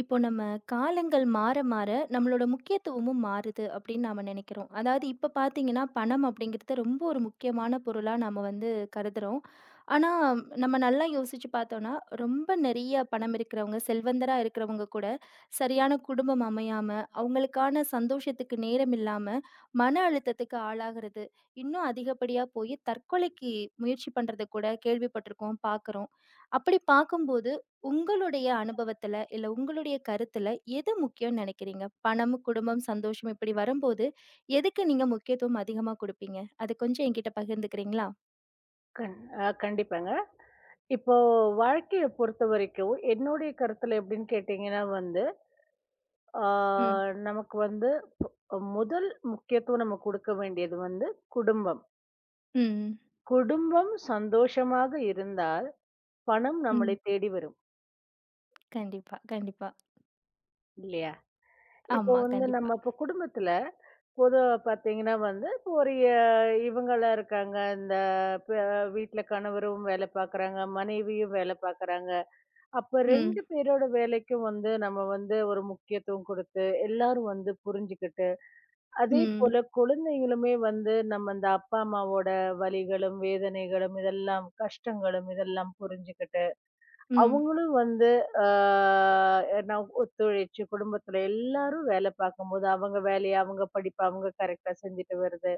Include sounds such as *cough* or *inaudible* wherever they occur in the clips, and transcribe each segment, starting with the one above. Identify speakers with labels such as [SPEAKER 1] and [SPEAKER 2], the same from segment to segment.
[SPEAKER 1] இப்போ நம்ம காலங்கள் மாற மாற நம்மளோட முக்கியத்துவமும் மாறுது அப்படின்னு நாம நினைக்கிறோம். அதாவது இப்ப பார்த்தீங்கன்னா, பணம் அப்படிங்கிறது ரொம்ப ஒரு முக்கியமான பொருளா நாம வந்து கருதுறோம். ஆனா, நம்ம நல்லா யோசிச்சு பார்த்தோம்னா, ரொம்ப நெறைய பணம் இருக்கிறவங்க, செல்வந்தரா இருக்கிறவங்க கூட சரியான குடும்பம் அமையாம, அவங்களுக்கான சந்தோஷத்துக்கு நேரம் இல்லாம, மன அழுத்தத்துக்கு ஆளாகுறது, இன்னும் அதிகப்படியா போய் தற்கொலைக்கு முயற்சி பண்றத கூட கேள்விப்பட்டிருக்கோம், பார்க்குறோம். அப்படி பார்க்கும்போது உங்களுடைய அனுபவத்துல, இல்ல உங்களுடைய கருத்துல எது முக்கியம்னு நினைக்கிறீங்க? பணம், குடும்பம், சந்தோஷம் இப்படி வரும்போது, எதுக்கு நீங்க முக்கியத்துவம் அதிகமா குடுப்பீங்க? அத கொஞ்சம் என்கிட்ட பகிர்ந்துக்கிறீங்களா?
[SPEAKER 2] கண் கண்டிப்பாங்க. இப்போ வாழ்க்கைய பொறுத்தவரைக்கும், என்னுடைய கருத்துல எப்படின்னு கேட்டீங்கன்னா வந்து, ஆ
[SPEAKER 1] ம்.
[SPEAKER 2] நமக்கு வந்து முதல் முக்கியத்துவம் நம்ம குடுக்க வேண்டியது வந்து குடும்பம்.
[SPEAKER 1] ம்.
[SPEAKER 2] குடும்பம் சந்தோஷமாக இருந்தால், பணம் நம்மளை
[SPEAKER 1] ம்.
[SPEAKER 2] தேடி வரும்.
[SPEAKER 1] கண்டிப்பா, கண்டிப்பா.
[SPEAKER 2] இல்லையா? இப்போ
[SPEAKER 1] ஆமா,
[SPEAKER 2] வந்து
[SPEAKER 1] கண்டிப்பா.
[SPEAKER 2] நம்ம இப்போ குடும்பத்துல பொதுவா பார்த்தீங்கன்னா வந்து, இப்போ ஒரு இவங்களா இருக்காங்க. இந்த ப வீட்ல கணவரும் வேலை பார்க்குறாங்க, மனைவியும் வேலை பார்க்குறாங்க. அப்ப 2
[SPEAKER 1] ம்.
[SPEAKER 2] பேரோட வேலைக்கும் வந்து நம்ம வந்து ஒரு முக்கியத்துவம் குடுத்து, எல்லாரும் வந்து புரிஞ்சுகிட்டு, அதே
[SPEAKER 1] ம்.
[SPEAKER 2] போல குழந்தைகளுமே வந்து நம்ம அந்த அப்பா, அம்மாவோட வலிகளும், வேதனைகளும் இதெல்லாம் கஷ்டங்களும் இதெல்லாம் புரிஞ்சுகிட்டு,
[SPEAKER 1] ம்.
[SPEAKER 2] அவங்களும் வந்து ஆ நான் ஒத்துழைச்சு குடும்பத்துல எல்லாரும் வேலை பார்க்கும்போது, அவங்க வேலைய அவங்க படிப்ப அவங்க கரெக்ட்டா செஞ்சுட்டு வருது.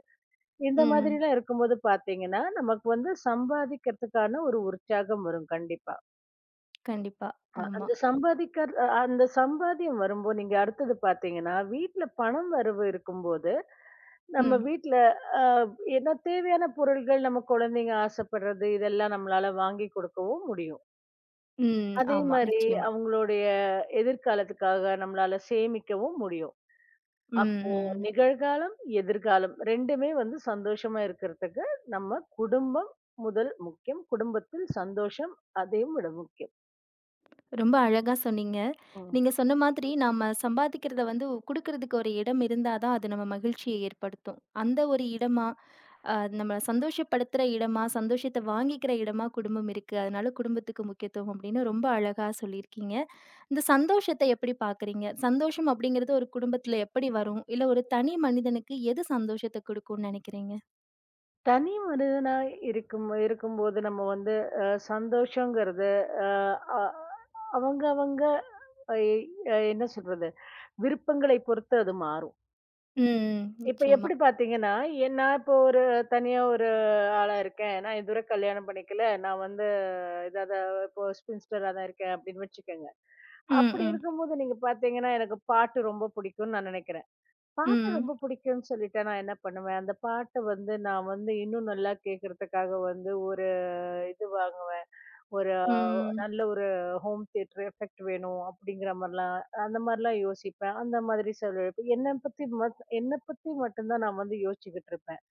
[SPEAKER 2] இந்த
[SPEAKER 1] ம்.
[SPEAKER 2] மாதிரிலாம் இருக்கும்போது பார்த்தீங்கன்னா, நமக்கு வந்து சம்பாதிக்கிறதுக்கான ஒரு உற்சாகம் வரும் கண்டிப்பா.
[SPEAKER 1] கண்டிப்பா.
[SPEAKER 2] அ
[SPEAKER 1] ஆமா.
[SPEAKER 2] அந்த சம்பாதிக்கர் அ அந்த சம்பாத்தியம் வரும்போ நீங்க அடுத்தது பார்த்தீங்கன்னா, வீட்ல பணம் வரவு இருக்கும்போது, நம்ம
[SPEAKER 1] ம்.
[SPEAKER 2] வீட்ல அ ஏன்னா தேவையான பொருள்கள் நம்ம குழந்தைங்க ஆசைப்படுறது, இதெல்லாம் நம்மளால வாங்கி கொடுக்கவும் முடியும்.
[SPEAKER 1] ம்.
[SPEAKER 2] அதே
[SPEAKER 1] ஆமா.
[SPEAKER 2] மாரி
[SPEAKER 1] நிச்சயமா.
[SPEAKER 2] அவங்களுடைய எதிர்காலத்துக்காக நம்மளால சேமிக்கவும் முடியும்.
[SPEAKER 1] ம்.
[SPEAKER 2] அப்போ
[SPEAKER 1] ம்.
[SPEAKER 2] நிகழ்காலம், எதிர்காலம் 2மே வந்து சந்தோஷமா இருக்கிறதுக்கு நம்ம குடும்பம் முதல் முக்கியம். குடும்பத்தில் சந்தோஷம் அதையும் விட முக்கியம்.
[SPEAKER 1] ரொம்ப அழகா சொன்னீங்க. நீங்க
[SPEAKER 2] ம்.
[SPEAKER 1] சொன்ன மாதிரி நாம சம்பாதிக்கிறத வந்து குடுக்குறதுக்கு ஒரு இடம் இருந்தா தான், அது நம்ம மகிழ்ச்சிய ஏற்படுத்தும். அந்த ஒரு இடமா? நம்மள சந்தோஷப்படுத்துற இடமா, சந்தோஷத்த வாங்கிக்கிற இடமா குடும்பம் இருக்கு. அதனால குடும்பத்துக்கு முக்கியத்துவம் அப்படின்னு ரொம்ப அழகா சொல்லியிருக்கீங்க. இந்த சந்தோஷத்த எப்படி பார்க்குறீங்க? சந்தோஷம் அப்படிங்கிறது ஒரு குடும்பத்துல எப்படி வரும்? இல்ல ஒரு தனி மனிதனுக்கு எது சந்தோஷத்த குடுக்கும்னு நெனைக்கிறீங்க?
[SPEAKER 2] தனி மனிதனா இருக்கும்போது நம்ம வந்து சந்தோஷங்கிறது அ அ அவங்க அவங்க அ அ என்ன சொல்றது? விருப்பங்களை பொறுத்து அது மாறும்.
[SPEAKER 1] ம்.
[SPEAKER 2] இப்ப
[SPEAKER 1] நிச்சயமா.
[SPEAKER 2] எப்படி பார்த்தீங்கன்னா, நான் இப்போ ஒரு தனியா ஒரு ஆளா இருக்கேன். நான் இதுவரை கல்யாணம் பண்ணிக்கல. நான் வந்து இதாத இப்போ ஸ்பின்ஸ்டரா தான் இருக்கேன் அப்படின்னு வச்சுக்கங்க.
[SPEAKER 1] ம்,
[SPEAKER 2] அப்படி
[SPEAKER 1] ம்.
[SPEAKER 2] இருக்கும்போது நீங்க பார்த்தீங்கன்னா, எனக்கு பாட்டு ரொம்ப பிடிக்கும்னு நான் நினைக்கிறேன். பாட்டு
[SPEAKER 1] ம்.
[SPEAKER 2] ரொம்ப பிடிக்கும்னு சொல்லிட்டு நான் என்ன பண்ணுவேன், அந்த பாட்ட வந்து நான் வந்து இன்னும் நல்லா கேட்கறதுக்காக வந்து ஒரு இது வாங்குவேன். ஒரு
[SPEAKER 1] ம்.
[SPEAKER 2] நல்ல ஒரு ஹோம் தியேட்டர் எஃபெக்ட் வேணும் அப்படிங்கிற மாரிலாம், அந்த மாரிலாம் யோசிப்பேன். அந்த மாதிரி சில என்னப் பத்தி மட்டும் தான் நான் வந்து யோசிச்சுக்கிட்டு இருப்பேன்.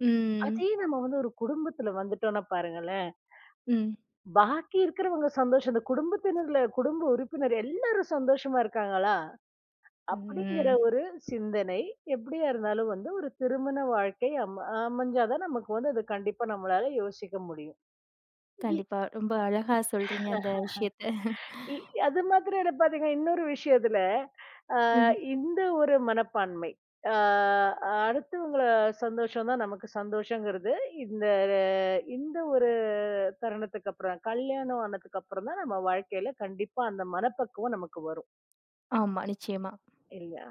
[SPEAKER 1] ம்.
[SPEAKER 2] அதே நம்ம வந்து ஒரு குடும்பத்துல வந்துட்டோம்னா பாருங்களேன்,
[SPEAKER 1] ம்.
[SPEAKER 2] பாக்கி இருக்கிறவங்க சந்தோஷம், அந்த குடும்பத்தினர்ல குடும்ப உறுப்பினர் எல்லாரும் சந்தோஷமா இருக்காங்களா? அப்படிங்கிற
[SPEAKER 1] ம்.
[SPEAKER 2] ஒரு சிந்தனை எப்படியா இருந்தாலும் வந்து ஒரு திருமண வாழ்க்கை அமைஞ்சாதான் நமக்கு வந்து அது கண்டிப்பா நம்மளால யோசிக்க முடியும். இ
[SPEAKER 1] கண்டிப்பா. ரொம்ப அழகா சொல்றீங்க அந்த விஷயத்த.
[SPEAKER 2] இ அது மாத்திரம் இல்ல பாத்தீங்கன்னா, இன்னொரு விஷயத்துல, அ
[SPEAKER 1] ம்.
[SPEAKER 2] இந்த ஒரு மனப்பான்மை. அ அடுத்தவங்கள சந்தோஷம் தான் நமக்கு சந்தோஷங்கிறது, இந்த இந்த ஒரு தருணத்துக்கு அப்புறம், கல்யாணம் ஆனதுக்கு அப்புறம் தான் நம்ம வாழ்க்கையில கண்டிப்பா அந்த மனப்பக்குவம் நமக்கு வரும்.
[SPEAKER 1] ஆமா. நிச்சயமா.
[SPEAKER 2] இல்லையா?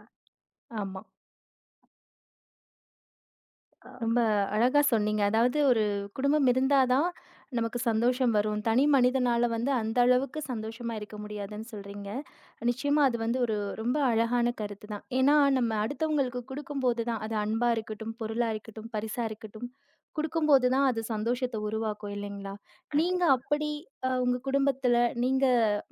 [SPEAKER 1] ஆமா.
[SPEAKER 2] அ
[SPEAKER 1] ரொம்ப அழகா சொன்னீங்க. அதாவது ஒரு குடும்பம் இருந்தா தான் நமக்கு சந்தோஷம் வரும். தனி மனிதனால வந்து அந்த அளவுக்கு சந்தோஷமா இருக்க முடியாதுன்னு சொல்றீங்க. நிச்சயமா அது வந்து ஒரு ரொம்ப அழகான கருத்து தான். ஏன்னா நம்ம அடுத்தவங்களுக்கு குடுக்கும்போது தான் அது அன்பா இருக்கட்டும், பொருளா இருக்கட்டும், பரிசா இருக்கட்டும், குடுக்கும்போது தான் அது சந்தோஷத்த உருவாக்கும் இல்லைங்களா? நீங்க
[SPEAKER 2] கண்டிப்பா.
[SPEAKER 1] அப்படி உங்க குடும்பத்துல நீங்க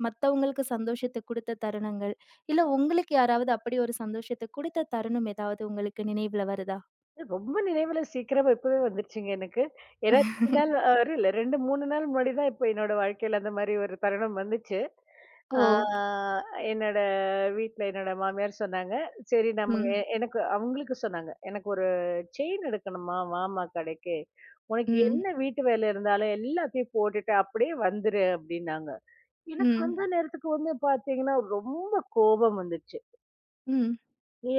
[SPEAKER 1] மத்தவங்களுக்கு சந்தோஷத்த குடுத்த தருணங்கள், இல்ல உங்களுக்கு யாராவது அப்படி ஒரு சந்தோஷத்த குடுத்த தருணம் ஏதாவது உங்களுக்கு நினைவுல வருதா?
[SPEAKER 2] ரொம்ப நினைவுல சீக்கிரமா இப்பவே வந்துருச்சுங்க எனக்கு. ஏன்னா 2 நாள்
[SPEAKER 1] *laughs*
[SPEAKER 2] இல்ல 2, 3 நாள் முன்னாடி தான் இப்ப என்னோட வாழ்க்கையில அந்த மாரி ஒரு தருணம் வந்துச்சு.
[SPEAKER 1] ஓ!
[SPEAKER 2] ஆ என்னோட வீட்ல என்னோட மாமியார் சொன்னாங்க. சரி நம்ம
[SPEAKER 1] ம்.
[SPEAKER 2] எனக்கு அவங்களுக்கு சொன்னாங்க. எனக்கு ஒரு செயின் எடுக்கணுமா, வாம்மா கடைக்கு. உனக்கு
[SPEAKER 1] ம்.
[SPEAKER 2] என்ன வீட்டு வேலை இருந்தாலும் எல்லாத்தையும் போட்டுட்டு அப்படியே வந்துரு அப்படின்னாங்க. எனக்கு
[SPEAKER 1] ம்.
[SPEAKER 2] வந்த நேரத்துக்கு வந்து பார்த்தீங்கன்னா, ரொம்ப கோபம் வந்துச்சு.
[SPEAKER 1] ம்.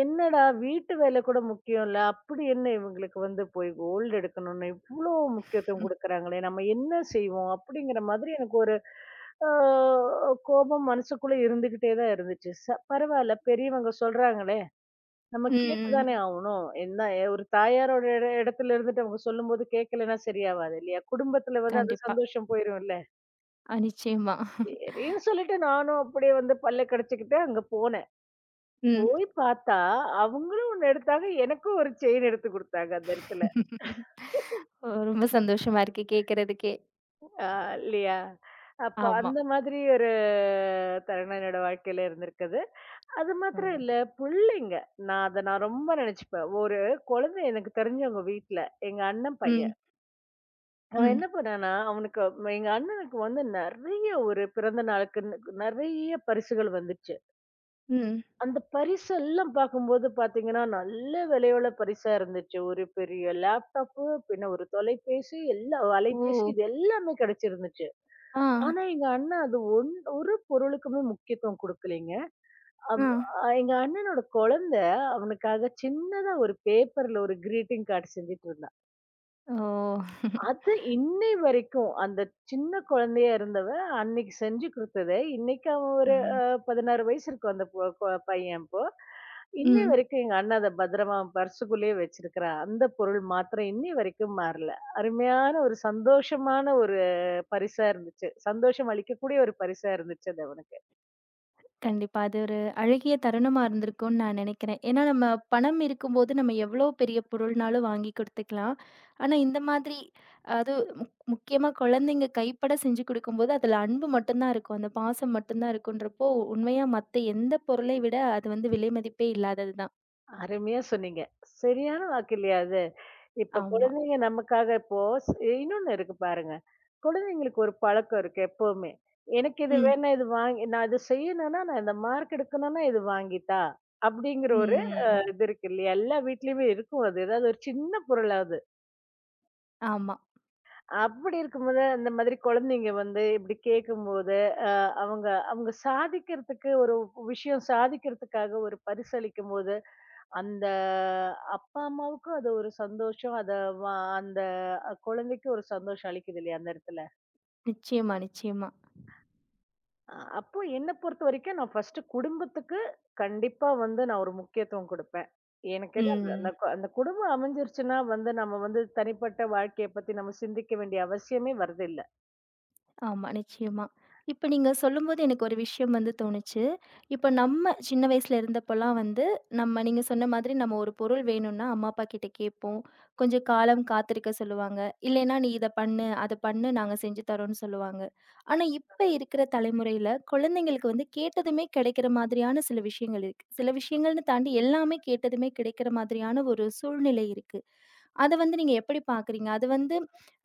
[SPEAKER 2] என்னடா வீட்டு வேலை கூட முக்கியம் இல்ல. அப்படி என்ன இவங்களுக்கு வந்து போய் கோல்டு எடுக்கணும்னு இவ்ளோ முக்கியத்துவம்
[SPEAKER 1] ம்.
[SPEAKER 2] குடுக்குறாங்களே! நம்ம என்ன செய்வோம்? அப்படிங்கிற மாதிரி எனக்கு ஒரு அ கோபம் மனசுக்குள்ள இருந்துகிட்டே தான் இருந்துச்சு. பரவால்ல பெரியவங்க சொல்றாங்களே! நம்ம
[SPEAKER 1] ம்.
[SPEAKER 2] கேட்டு
[SPEAKER 1] ம்.
[SPEAKER 2] தானே ஆவணும். என்ன ஏ, ஒரு தாயாரோட இடத்துல இருந்துட்டு அவங்க சொல்லும்போது கேட்கலன்னா சரியாவாது இல்லையா? குடும்பத்துல வந்து அந்த
[SPEAKER 1] கண்டிப்பா.
[SPEAKER 2] சந்தோஷம் போயிரும்ல.
[SPEAKER 1] நிச்சயமா.
[SPEAKER 2] சரின்னு சொல்லிட்டு நானும் அப்படியே வந்து பல்ல கடிச்சுக்கிட்டு அங்க போனேன்.
[SPEAKER 1] ம்.
[SPEAKER 2] போய் பார்த்தா, அவங்களும் ஒண்ணு எடுத்தாங்க. எனக்கும் ஒரு செயின் எடுத்து குடுத்தாங்க அந்த இடத்துல.
[SPEAKER 1] ஓ! ரொம்ப சந்தோஷமா இருக்கு கேட்கறதுக்கே.
[SPEAKER 2] ஆ இல்லையா? அப்ப
[SPEAKER 1] ஆமா.
[SPEAKER 2] அந்த மாதிரி ஒரு தருணம் என்னோட வாழ்க்கையில இருந்திருக்குது. அது மாத்திரம்
[SPEAKER 1] ம்.
[SPEAKER 2] இல்ல, புள்ளைங்க. நான் அத நான் ரொம்ப நினைச்சுப்பேன். ஒரு குழந்தை எனக்கு தெரிஞ்சவங்க வீட்ல, எங்க அண்ணன்
[SPEAKER 1] ம்.
[SPEAKER 2] பையன். அவன்
[SPEAKER 1] ம்.
[SPEAKER 2] என்ன பண்ணான்னா, அவனுக்கு எங்க அண்ணனுக்கு வந்து நெறைய ஒரு பிறந்த நாளுக்கு நெறைய பரிசுகள் வந்துச்சு.
[SPEAKER 1] ம்.
[SPEAKER 2] அந்த பரிசெல்லாம் பார்க்கும்போது பார்த்தீங்கன்னா, நல்ல விலையுள்ள பரிசா இருந்துச்சு. ஒரு பெரிய லேப்டாப்பு, பின்ன ஒரு தொலைபேசி, எல்லா
[SPEAKER 1] ஓ!
[SPEAKER 2] அலைபேசி இது எல்லாமே கிடைச்சிருந்துச்சு.
[SPEAKER 1] ஆ.
[SPEAKER 2] ஆனா, எங்க அண்ணன் அது ஒன் ஒரு பொருளுக்குமே முக்கியத்துவம் குடுக்கலைங்க. அவ்
[SPEAKER 1] ஆ.
[SPEAKER 2] அ எங்க அண்ணனோட குழந்தை, அவனுக்காக சின்னதா ஒரு பேப்பர்ல ஒரு கிரீட்டிங் கார்ட் செஞ்சுட்டு இருந்தான்.
[SPEAKER 1] ஓ!
[SPEAKER 2] அது இன்னை வரைக்கும், அந்த சின்ன குழந்தையா இருந்தவ, அன்னைக்கு செஞ்சு குடுத்தது. இன்னைக்கு அவன் ஒரு
[SPEAKER 1] ம்.
[SPEAKER 2] 16 வயசு இருக்கும் அந்த பொ கொ பையன் இப்போ. இன்னை
[SPEAKER 1] ம்.
[SPEAKER 2] வரைக்கும் எங்க அண்ணன் அத பத்திரமா அவன் பர்சுக்குள்ளேயே வச்சிருக்கிறான். அந்த பொருள் மாத்திரம் இன்னை வரைக்கும் மாறல. அருமையான ஒரு சந்தோஷமான ஒரு பரிசா இருந்துச்சு. சந்தோஷம் அளிக்கக்கூடிய ஒரு பரிசா இருந்துச்சு அது அவனுக்கு.
[SPEAKER 1] கண்டிப்பா. அது ஒரு அழகிய தருணமா இருந்திருக்கும்னு நான் நினைக்கிறேன். ஏன்னா, நம்ம பணம் இருக்கும்போது நம்ம எவ்ளோ பெரிய பொருள்னாலும் வாங்கி குடுத்துக்கலாம். ஆனா, இந்த மாதிரி அது முக்கியமா குழந்தைங்க கைப்பட செஞ்சு குடுக்கும்போது, அதில அன்பு மட்டும் தான் இருக்கும். அந்த பாசம் மட்டும் தான் இருக்குன்றப்போ, உண்மையா மத்த எந்த பொருளை விட அது வந்து விலை மதிப்பே இல்லாதது தான்.
[SPEAKER 2] அருமையா சொன்னீங்க. சரியான வாக்கு இல்லையா அது? இப்ப
[SPEAKER 1] ஆமா.
[SPEAKER 2] குழந்தைங்க நமக்காக இப்போ இன்னொன்னு இருக்கு பாருங்க. குழந்தைங்களுக்கு ஒரு பழக்கம் இருக்கு எப்பவுமே. எனக்கு இது
[SPEAKER 1] ம்.
[SPEAKER 2] வேணா இது வாங்கி நான் இது செய்யணும்னா, நான் இந்த மார்க் எடுக்கணும்னா இது வாங்கித்தா. அப்படிங்கிற ஒரு
[SPEAKER 1] ம்.
[SPEAKER 2] இது இருக்கு இல்லையா? எல்லா வீட்லயுமே இருக்கும் அது. ஏதாவது ஒரு சின்ன பொருளாவது.
[SPEAKER 1] ஆமா.
[SPEAKER 2] அப்படி இருக்கும்போது அந்த மாதிரி குழந்தைங்க வந்து இப்படி கேட்கும்போது, அ அவங்க அவங்க சாதிக்கிறதுக்கு ஒரு விஷயம் சாதிக்கிறதுக்காக ஒரு பரிசளிக்கும்போது அந்த அப்பா, அம்மாவுக்கும் அது ஒரு சந்தோஷம். அத வ அந்த குழந்தைக்கு ஒரு சந்தோஷம் அளிக்குது இல்லையா அந்த இடத்துல.
[SPEAKER 1] நிச்சயமா, நிச்சயமா.
[SPEAKER 2] அ அப்போ என்ன பொறுத்த வரைக்கும் நான் ஃபர்ஸ்ட்டு குடும்பத்துக்கு கண்டிப்பா வந்து நான் ஒரு முக்கியத்துவம் குடுப்பேன். எனக்கு என்ன அந்த
[SPEAKER 1] ம்.
[SPEAKER 2] அந்த கு- அந்த குடும்பம் அமைஞ்சிருச்சுன்னா வந்து நம்ம வந்து தனிப்பட்ட வாழ்க்கைய பத்தி நம்ம சிந்திக்க வேண்டிய அவசியமே வர்றதில்ல.
[SPEAKER 1] ஆமா, நிச்சயமா. இப்ப நீங்க சொல்லும்போது எனக்கு ஒரு விஷயம் வந்து தோணுச்சு. இப்ப நம்ம சின்ன வயசுல இருந்தப்பலாம் வந்து, நம்ம நீங்க சொன்ன மாதிரி நம்ம ஒரு பொருள் வேணும்னா அம்மா, அப்பா கிட்ட கேட்போம். கொஞ்சம் காலம் காத்திருக்க சொல்லுவாங்க. இல்லைன்னா, "நீ இத பண்ணு, அத பண்ணு நாங்க செஞ்சு தரோம்ன்னு" சொல்லுவாங்க. ஆனா, இப்ப இருக்கிற தலைமுறையில குழந்தைங்களுக்கு வந்து கேட்டதுமே கிடைக்கிற மாதிரியான சில விஷயங்கள் இருக்கு. சில விஷயங்கள்ன்னு தாண்டி எல்லாமே கேட்டதுமே கிடைக்கிற மாதிரியான ஒரு சூழ்நிலை இருக்கு. அத வந்து நீங்க எப்படி பார்க்குறீங்க? அது வந்து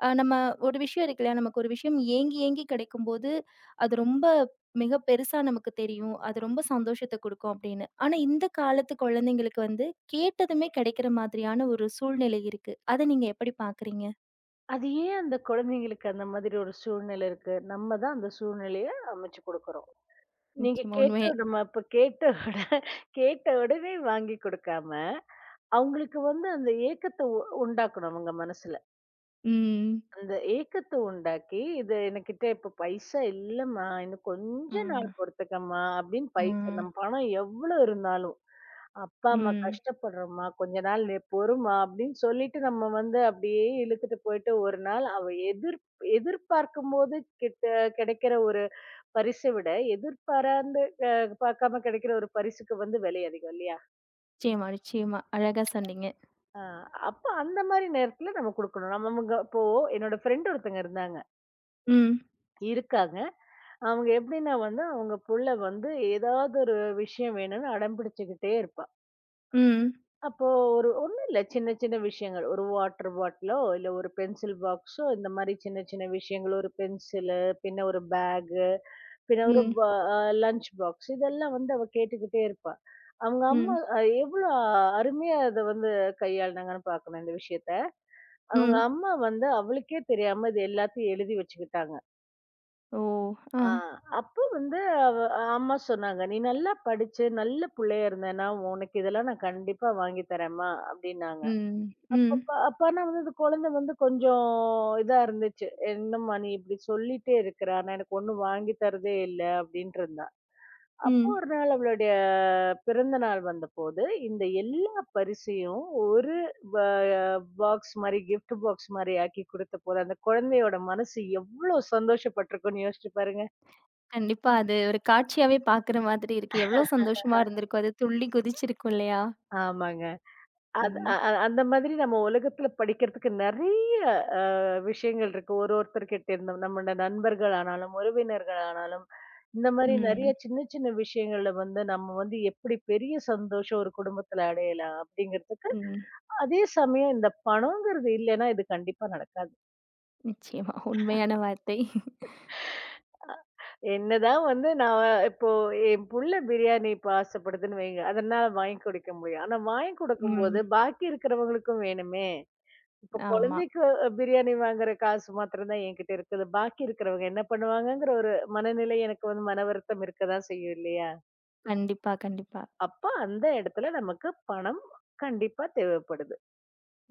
[SPEAKER 1] நம்ம ஒரு விஷயம் இருக்கு இல்லையா? நமக்கு ஒரு விஷயம் ஏங்கி, ஏங்கி கிடைக்கும்போது, அது ரொம்ப மிக பெருசா நமக்கு தெரியும். அது ரொம்ப சந்தோஷத்த குடுக்கும் அப்படின்னு. ஆனா, இந்த காலத்து குழந்தைங்களுக்கு வந்து கேட்டதுமே கிடைக்கிற மாதிரியான ஒரு சூழ்நிலை இருக்கு. அத நீங்க எப்படி பார்க்குறீங்க?
[SPEAKER 2] அது ஏன் அந்த குழந்தைங்களுக்கு அந்த மாதிரி ஒரு சூழ்நிலை இருக்கு? நம்ம தான் அந்த சூழ்நிலைய அமைச்சு குடுக்குறோம். நீங்க
[SPEAKER 1] நிச்சயமா. உண்மையே.
[SPEAKER 2] கேட்ட நம்ம இப்ப கேட்ட உட கேட்ட உடனே வாங்கி குடுக்காம, அவங்களுக்கு வந்து அந்த ஏக்கத்த உண்டாக்கணும் அவங்க மனசுல.
[SPEAKER 1] ம்.
[SPEAKER 2] அந்த ஏக்கத்த உண்டாக்கி, "இது எனக்கிட்ட இப்ப பைசா இல்லம்மா. இன்னும் கொஞ்ச நாள்
[SPEAKER 1] ம்.
[SPEAKER 2] பொறுத்துக்கம்மா" அப்படின்னு பைசா
[SPEAKER 1] ம்.
[SPEAKER 2] நம்ம பணம் எவ்வளோ இருந்தாலும், "அப்பா, அம்மா
[SPEAKER 1] ம்.
[SPEAKER 2] கஷ்டப்படுறோம்மா. கொஞ்ச நாள் நீ பொறும்மா" அப்படின்னு சொல்லிட்டு நம்ம வந்து அப்படியே இழுத்துட்டு போயிட்டு ஒரு நாள் அவ எதிர் எதிர்பார்க்கும்போது கிட்ட கிடைக்கிற ஒரு பரிச விட, எதிர்பாராந்து அ பார்க்காம கிடைக்கிற ஒரு பரிசுக்கு வந்து விலை அதிகம் இல்லையா?
[SPEAKER 1] நிச்சயமா, நிச்சயமா. அழகா சொன்னீங்க.
[SPEAKER 2] ஆ, அப்ப அந்த மாரி நேரத்துல நம்ம குடுக்கணும். நம்மமுங்க இப்போ என்னோட ஃப்ரெண்ட் ஒருத்தங்க இருந்தாங்க.
[SPEAKER 1] ம்.
[SPEAKER 2] இருக்காங்க. அவங்க எப்படின்னா வந்து, அவங்க புள்ள வந்து ஏதாவது ஒரு விஷயம் வேணும்னு அடம் பிடிச்சுக்கிட்டே இருப்பா.
[SPEAKER 1] ம்.
[SPEAKER 2] அப்போ ஒரு ஒண்ணும் இல்ல. சின்ன சின்ன விஷயங்கள். ஒரு வாட்டர் பாட்டிலோ, இல்ல ஒரு பென்சில் பாக்ஸோ இந்த மாரி சின்ன சின்ன விஷயங்கள். ஒரு பென்சிலு, பின்ன ஒரு பேகு, பின்ன ஒரு
[SPEAKER 1] ம்.
[SPEAKER 2] ப அ லஞ்ச் பாக்ஸ் இதெல்லாம் வந்து அவ கேட்டுக்கிட்டே இருப்பா. அவங்க அம்மா
[SPEAKER 1] ம்.
[SPEAKER 2] எவ்வளோ அருமையா அத வந்து கையாளுனாங்கன்னு பார்க்கணும் இந்த விஷயத்த. அவங்க
[SPEAKER 1] ம்.
[SPEAKER 2] அம்மா வந்து அவளுக்கே தெரியாம இது எல்லாத்தையும் எழுதி வச்சுக்கிட்டாங்க.
[SPEAKER 1] ஓ! ஆ.
[SPEAKER 2] ஆ அப்போ வந்து அவ அம்மா சொன்னாங்க, "நீ நல்லா படிச்சு, நல்ல புள்ளையா இருந்தேன்னா, உனக்கு இதெல்லாம் நான் கண்டிப்பா வாங்கி தரேன்ம்மா" அப்படின்னாங்க.
[SPEAKER 1] ம். ம்.
[SPEAKER 2] அப்ப ஆனா வந்து அந்த குழந்தை வந்து கொஞ்சம் இதா இருந்துச்சு. "என்னம்மா நீ இப்படி சொல்லிட்டே இருக்கிற, ஆனா எனக்கு ஒண்ணும் வாங்கி தரதே இல்ல" அப்படின்ட்டு இருந்தா. அப்போ
[SPEAKER 1] ம்.
[SPEAKER 2] ஒரு நாள் அவளுடைய பிறந்த நாள் வந்தபோது, இந்த எல்லா பரிசையும் ஒரு ப பாக்ஸ் மாரி, கிஃப்ட் பாக்ஸ் மாரி ஆக்கி குடுத்தபோது, அந்த குழந்தையோட மனசு எவ்ளோ சந்தோஷப்பட்டுருக்கும்ன்னு யோசிச்சு பாருங்க.
[SPEAKER 1] கண்டிப்பா. அது ஒரு காட்சியாவே பாக்குற மாதிரி இருக்கு. எவ்ளோ சந்தோஷமா இருந்திருக்கும். அது துள்ளி குதிச்சிருக்கும் இல்லையா?
[SPEAKER 2] ஆமாங்க. அது அ
[SPEAKER 1] ம்.
[SPEAKER 2] அ அந்த மாதிரி நம்ம உலகத்துல படிக்கிறதுக்கு நெறைய அ விஷயங்கள் இருக்கு. ஒரு ஒருத்தர்கிட்ட இருந்து நம்மட நண்பர்கள் ஆனாலும், உறவினர்கள் ஆனாலும், இந்த மாரி நெறைய
[SPEAKER 1] ம்.
[SPEAKER 2] சின்ன சின்ன விஷயங்கள்ல வந்து நம்ம வந்து எப்படி பெரிய சந்தோஷம் ஒரு குடும்பத்துல அடையலாம் அப்படிங்கிறதுக்கு,
[SPEAKER 1] ம்.
[SPEAKER 2] அதே சமயம் இந்த பணம்ங்கிறது இல்லைன்னா இது கண்டிப்பா நடக்காது.
[SPEAKER 1] நிச்சயமா. உண்மையான வார்த்தை.
[SPEAKER 2] என்னதான் வந்து நான் இப்போ என் புள்ள பிரியாணி இப்ப ஆசைப்படுதுன்னு வைங்க, அதனால வாங்கி குடுக்க முடியும். ஆனா வாங்கி
[SPEAKER 1] ம்.
[SPEAKER 2] குடுக்கும்போது பாக்கி இருக்கிறவங்களுக்கும் வேணுமே! இப்ப
[SPEAKER 1] ஆமா.
[SPEAKER 2] குழந்தைக்கு பிரியாணி வாங்குற காசு மாத்திரம் தான் என்கிட்ட இருக்குது. பாக்கி இருக்கிறவங்க என்ன பண்ணுவாங்கங்கிற ஒரு மனநிலை எனக்கு வந்து மன வருத்தம் இருக்கதான் செய்யும் இல்லையா?
[SPEAKER 1] கண்டிப்பா, கண்டிப்பா.
[SPEAKER 2] அப்ப அந்த இடத்துல நமக்கு பணம் கண்டிப்பா தேவைப்படுது.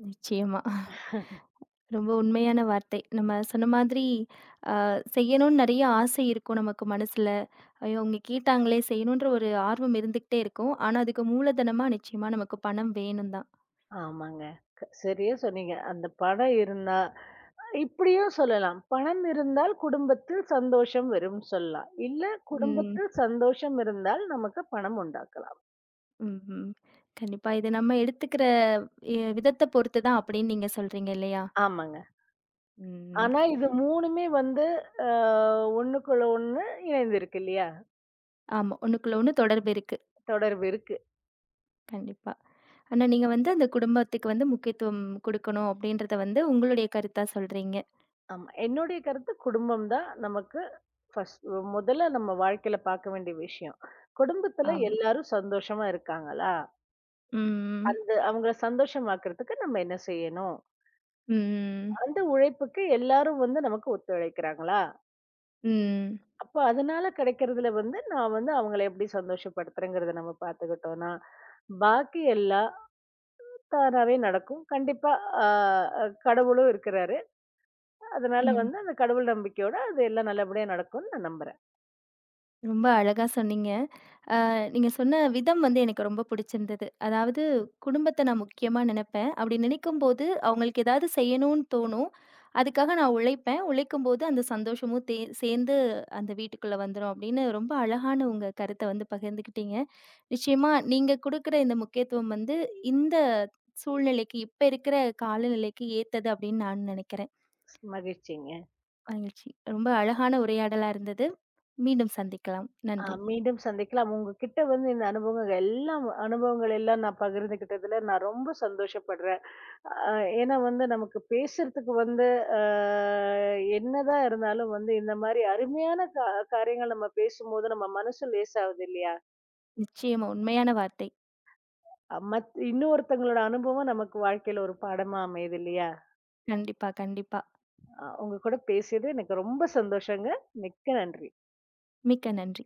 [SPEAKER 1] நிச்சயமா. ரொம்ப உண்மையான வார்த்தை. நம்ம சொன்ன மாதிரி அ செய்யணும்னு நெறைய ஆசை இருக்கும் நமக்கு மனசுல. ஐயோ! அவங்க கேட்டாங்களே செய்யணுன்ற ஒரு ஆர்வம் இருந்துகிட்டே இருக்கும். ஆனா அதுக்கு மூலதனமா நிச்சயமா நமக்கு பணம் வேணும் தான்.
[SPEAKER 2] ஆமாங்க. சரியா சொன்னீங்க. அந்த பணம் இருந்தா இப்படியும் சொல்லலாம். பணம் இருந்தால் குடும்பத்தில் சந்தோஷம் வரும்னு சொல்லலாம். இல்ல
[SPEAKER 1] ம்.
[SPEAKER 2] குடும்பத்தில் சந்தோஷம் இருந்தால் நமக்கு பணம் உண்டாக்கலாம்.
[SPEAKER 1] ம்ஹ்ம். கண்டிப்பா. இது நம்ம எடுத்துக்கிற விதத்த பொறுத்து தான் அப்படின்னு நீங்க சொல்றீங்க இல்லையா?
[SPEAKER 2] ஆமாங்க.
[SPEAKER 1] ம்.
[SPEAKER 2] ஆனா இது 3மே வந்து அ ஒண்ணுக்குள்ள ஒண்ணு இணைந்திருக்கு இல்லையா?
[SPEAKER 1] ஆமா. ஒண்ணுக்குள்ள ஒண்ணு தொடர்பு இருக்கு.
[SPEAKER 2] தொடர்பு இருக்கு.
[SPEAKER 1] கண்டிப்பா. ஆனா நீங்க வந்து அந்த குடும்பத்துக்கு வந்து முக்கியத்துவம் குடுக்கணும் அப்படின்றத வந்து உங்களுடைய கருத்தா சொல்றீங்க.
[SPEAKER 2] ஆமா. என்னுடைய கருத்து குடும்பம் தான் நமக்கு ஃபர்ஸ்ட் முதல்ல நம்ம வாழ்க்கையில பார்க்க வேண்டிய விஷயம். குடும்பத்துல
[SPEAKER 1] ஆமா.
[SPEAKER 2] எல்லாரும் சந்தோஷமா இருக்காங்களா?
[SPEAKER 1] ம்.
[SPEAKER 2] அந்த அவங்கள சந்தோஷமாக்குறதுக்கு நம்ம என்ன செய்யணும்?
[SPEAKER 1] ம்.
[SPEAKER 2] அந்த உழைப்புக்கு எல்லாரும் வந்து நமக்கு ஒத்துழைக்கிறாங்களா?
[SPEAKER 1] ம்.
[SPEAKER 2] அப்ப அதனால கிடைக்கிறதுல வந்து நான் வந்து அவங்கள எப்படி சந்தோஷப்படுத்துறேங்கிறத நம்ம பார்த்துக்கிட்டோம்னா, பாக்கி எல்லாம் தானாவே நடக்கும். கண்டிப்பா ஆ கடவுளும் இருக்கிறாரு. அதனால
[SPEAKER 1] ம்.
[SPEAKER 2] வந்து அந்த கடவுள் நம்பிக்கையோட அது எல்லாம் நல்லபடியா நடக்கும்னு நான் நம்புறேன்.
[SPEAKER 1] ரொம்ப அழகா சொன்னீங்க. நீங்க சொன்ன விதம் வந்து எனக்கு ரொம்ப பிடிச்சிருந்தது. அதாவது குடும்பத்த நான் முக்கியமா நினைப்பேன். அப்படி நினைக்கும்போது அவங்களுக்கு ஏதாவது செய்யணும்னு தோணும். அதுக்காக நான் உழைப்பேன். உழைக்கும்போது அந்த சந்தோஷமும் சேர்ந்து அந்த வீட்டுக்குள்ள வந்துரும் அப்படின்னு ரொம்ப அழகான உங்க கருத்த வந்து பகிர்ந்துக்கிட்டீங்க. நிச்சயமா நீங்க குடுக்குற இந்த முக்கியத்துவம் வந்து இந்த சூழ்நிலைக்கு, இப்ப இருக்கிற காலநிலைக்கு ஏத்தது அப்படின்னு நான் நினைக்கிறேன்.
[SPEAKER 2] மகிழ்ச்சிங்க.
[SPEAKER 1] மகிழ்ச்சி. ரொம்ப அழகான உரையாடலா இருந்தது. மீண்டும் சந்திக்கலாம். நன்றி.
[SPEAKER 2] மீண்டும் சந்திக்கலாம். உங்ககிட்ட வந்து இந்த அனுபவங்கள் எல்லாம் நான் பகிர்ந்துக்கிட்டதுல நான் ரொம்ப சந்தோஷப்படுறேன். அ ஏன்னா வந்து நமக்கு பேசுறதுக்கு வந்து அ என்னதான் இருந்தாலும் வந்து இந்த மாரி அருமையான காரியங்கள் நம்ம பேசும்போது நம்ம மனசு லேசாகுது இல்லையா?
[SPEAKER 1] நிச்சயமா உண்மையான வார்த்தை.
[SPEAKER 2] அ மத் இன்னொருத்தவங்களோட அனுபவம் நமக்கு வாழ்க்கையில ஒரு பாடமா அமையுது இல்லையா?
[SPEAKER 1] கண்டிப்பா, கண்டிப்பா.
[SPEAKER 2] உங்க கூட பேசியது எனக்கு ரொம்ப சந்தோஷங்க. மிக்க நன்றி.
[SPEAKER 1] மிக்க நன்றி.